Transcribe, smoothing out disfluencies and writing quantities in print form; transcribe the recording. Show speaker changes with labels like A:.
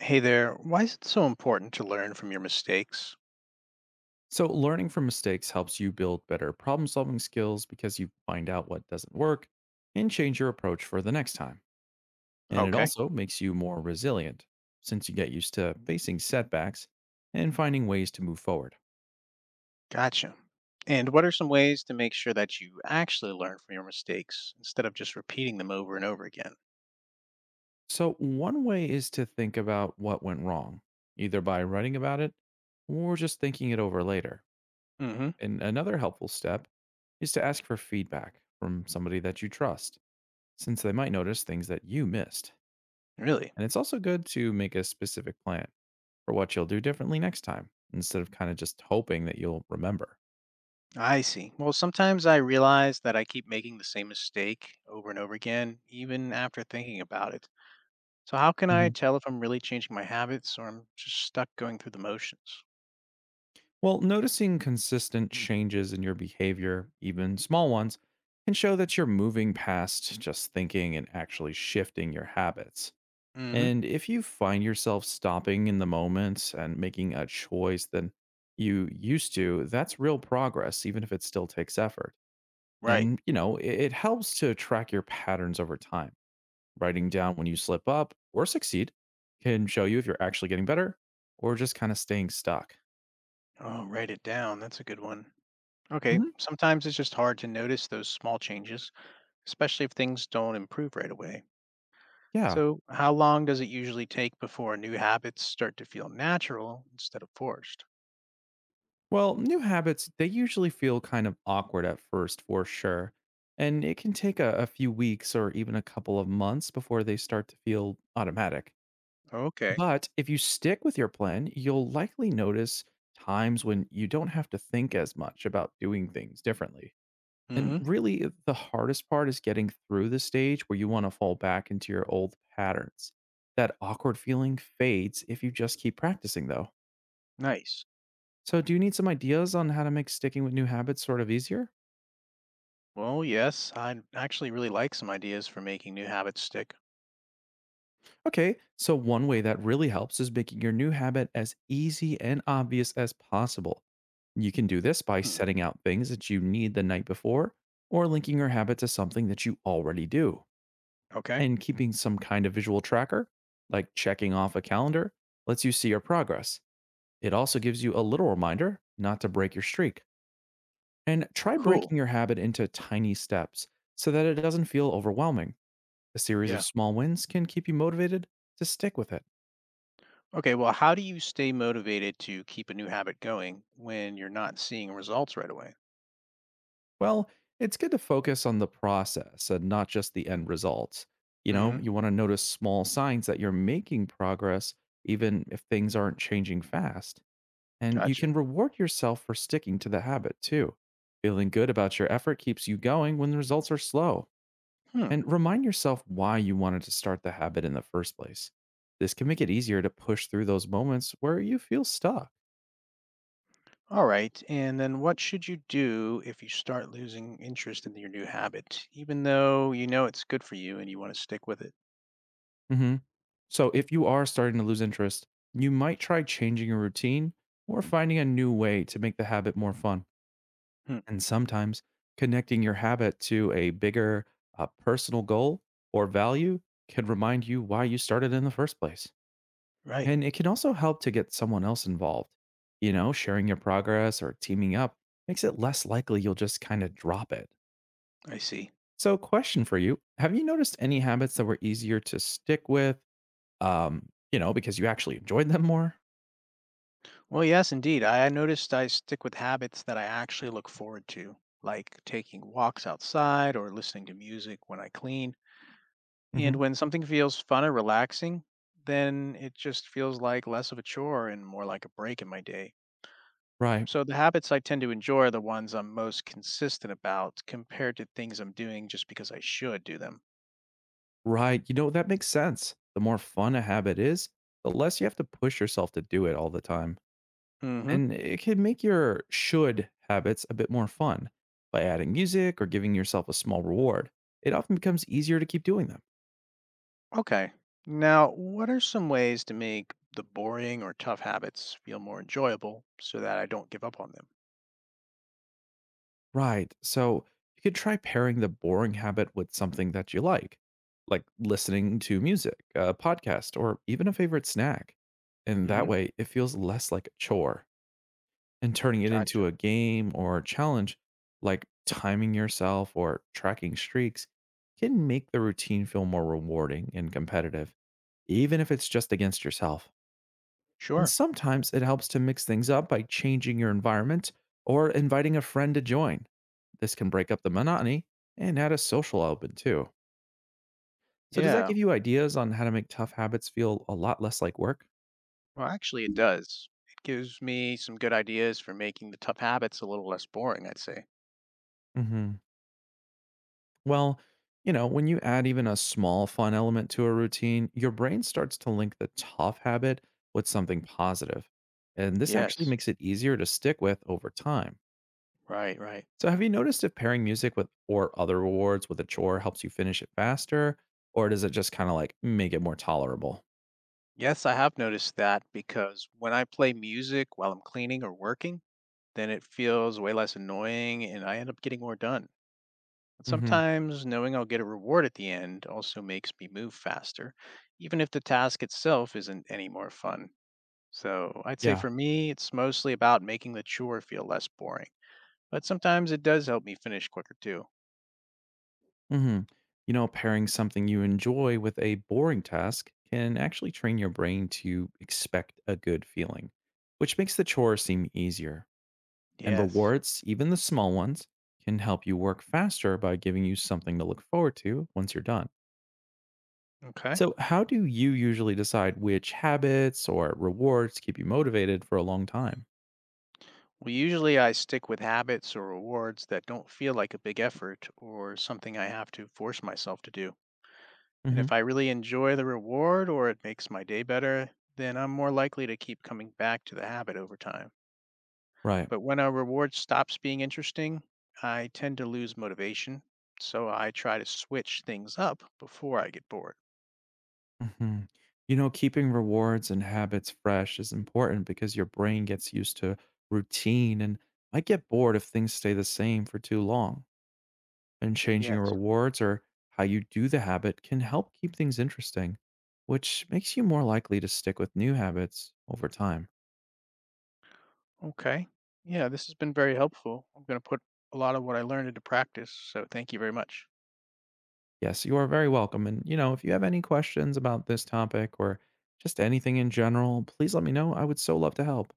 A: Hey there, why is it so important to learn from your mistakes?
B: So, learning from mistakes helps you build better problem solving skills because you find out what doesn't work and change your approach for the next time. And it
A: Okay,
B: also makes you more resilient since you get used to facing setbacks and finding ways to move forward.
A: gotcha. And what are some ways to make sure that you actually learn from your mistakes instead of just repeating them over and over again?
B: So, one way is to think about what went wrong, either by writing about it or just thinking it over later.
A: Hmm.
B: And another helpful step is to ask for feedback from somebody that you trust, since they might notice things that you missed.
A: Really?
B: And it's also good to make a specific plan for what you'll do differently next time instead of kind of just hoping that you'll remember.
A: I see. Well, sometimes I realize that I keep making the same mistake over and over again, even after thinking about it. So how can I
B: Mhm.
A: tell if I'm really changing my habits or I'm just stuck going through the motions?
B: Well, noticing consistent changes in your behavior, even small ones, can show that you're moving past just thinking and actually shifting your habits.
A: Hmm.
B: And if you find yourself stopping in the moment and making a choice than you used to, that's real progress, even if it still takes effort.
A: Right.
B: And, you know, it helps to track your patterns over time. Writing down when you slip up or succeed can show you if you're actually getting better or just kind of staying stuck.
A: Oh, write it down. That's a good one. Okay,
B: Hmm.
A: sometimes it's just hard to notice those small changes, especially if things don't improve right away.
B: Yeah.
A: So, how long does it usually take before new habits start to feel natural instead of forced?
B: Well, new habits, they usually feel kind of awkward at first for sure. And it can take a few weeks or even a couple of months before they start to feel automatic.
A: Okay.
B: But if you stick with your plan, you'll likely notice times when you don't have to think as much about doing things differently. And
A: Mm-hmm.
B: really, the hardest part is getting through the stage where you want to fall back into your old patterns. That awkward feeling fades if you just keep practicing, though.
A: Nice.
B: So, do you need some ideas on how to make sticking with new habits sort of easier?
A: Well, yes, I actually really like some ideas for making new habits stick.
B: Okay, so one way that really helps is making your new habit as easy and obvious as possible. You can do this by
A: Hmm.
B: setting out things that you need the night before or linking your habit to something that you already do.
A: Okay.
B: And keeping some kind of visual tracker, like checking off a calendar, lets you see your progress. It also gives you a little reminder not to break your streak. And try breaking
A: Cool.
B: your habit into tiny steps so that it doesn't feel overwhelming. A series of
A: Yeah.
B: small wins can keep you motivated to stick with it.
A: Okay. Well, how do you stay motivated to keep a new habit going when you're not seeing results right away?
B: Well, it's good to focus on the process and not just the end results. You know,
A: Mm-hmm.
B: you want to notice small signs that you're making progress, even if things aren't changing fast. And you
A: Gotcha.
B: can reward yourself for sticking to the habit too. Feeling good about your effort keeps you going when the results are slow.
A: Hmm.
B: And remind yourself why you wanted to start the habit in the first place. This can make it easier to push through those moments where you feel stuck.
A: All right. And then what should you do if you start losing interest in your new habit, even though you know it's good for you and you want to stick with it?
B: Mhm. So, if you are starting to lose interest, you might try changing your routine or finding a new way to make the habit more fun.
A: Hmm.
B: And sometimes connecting your habit to a bigger personal goal or value can remind you why you started in the first place.
A: Right.
B: And it can also help to get someone else involved. You know, sharing your progress or teaming up makes it less likely you'll just kind of drop it.
A: I see.
B: So, question for you. Have you noticed any habits that were easier to stick with? You know, because you actually enjoyed them more?
A: Well, yes, indeed. I noticed I stick with habits that I actually look forward to, like taking walks outside or listening to music when I clean.
B: Hmm.
A: And when something feels fun or relaxing, then it just feels like less of a chore and more like a break in my day.
B: Right.
A: So the habits I tend to enjoy are the ones I'm most consistent about compared to things I'm doing just because I should do them.
B: Right. You know, that makes sense. The more fun a habit is, the less you have to push yourself to do it all the time.
A: Hmm.
B: And it can make your should habits a bit more fun by adding music or giving yourself a small reward. It often becomes easier to keep doing them.
A: Okay. Now, what are some ways to make the boring or tough habits feel more enjoyable so that I don't give up on them?
B: Right. So you could try pairing the boring habit with something that you like listening to music, a podcast, or even a favorite snack. And that
A: Hmm.
B: way it feels less like a chore and turning it into
A: Gotcha.
B: a game or challenge like timing yourself or tracking streaks can make the routine feel more rewarding and competitive even if it's just against yourself. And
A: Sure.
B: sometimes it helps to mix things up by changing your environment or inviting a friend to join. This can break up the monotony and add a social element too. So, does that
A: Yeah.
B: give you ideas on how to make tough habits feel a lot less like work?
A: Well, actually, it does. It gives me some good ideas for making the tough habits a little less boring, I'd say.
B: Hmm. Well, you know, when you add even a small fun element to a routine, your brain starts to link the tough habit with something positive, and this actually
A: Yes.
B: makes it easier to stick with over time.
A: Right, right.
B: So, have you noticed if pairing music with or other rewards with a chore helps you finish it faster, or does it just kind of like make it more tolerable?
A: Yes, I have noticed that because when I play music while I'm cleaning or working, then it feels way less annoying and I end up getting more done. But
B: Hmm.
A: sometimes knowing I'll get a reward at the end also makes me move faster, even if the task itself isn't any more fun. So I'd say
B: Yeah.
A: for me, it's mostly about making the chore feel less boring. But sometimes it does help me finish quicker too.
B: Hmm. You know, pairing something you enjoy with a boring task can actually train your brain to expect a good feeling, which makes the chore seem easier. And
A: Yes.
B: rewards, even the small ones, can help you work faster by giving you something to look forward to once you're done.
A: Okay.
B: So, how do you usually decide which habits or rewards keep you motivated for a long time?
A: Well, usually I stick with habits or rewards that don't feel like a big effort or something I have to force myself to do. And
B: Hmm.
A: if I really enjoy the reward or it makes my day better, then I'm more likely to keep coming back to the habit over time.
B: Right.
A: But when a reward stops being interesting, I tend to lose motivation. So I try to switch things up before I get bored.
B: Hmm. You know, keeping rewards and habits fresh is important because your brain gets used to routine and might get bored if things stay the same for too long. And changing
A: Yes.
B: your rewards or how you do the habit can help keep things interesting, which makes you more likely to stick with new habits over time.
A: Okay. Yeah, this has been very helpful. I'm going to put a lot of what I learned into practice. So thank you very much.
B: Yes, you are very welcome. And, you know, if you have any questions about this topic or just anything in general, please let me know. I would so love to help.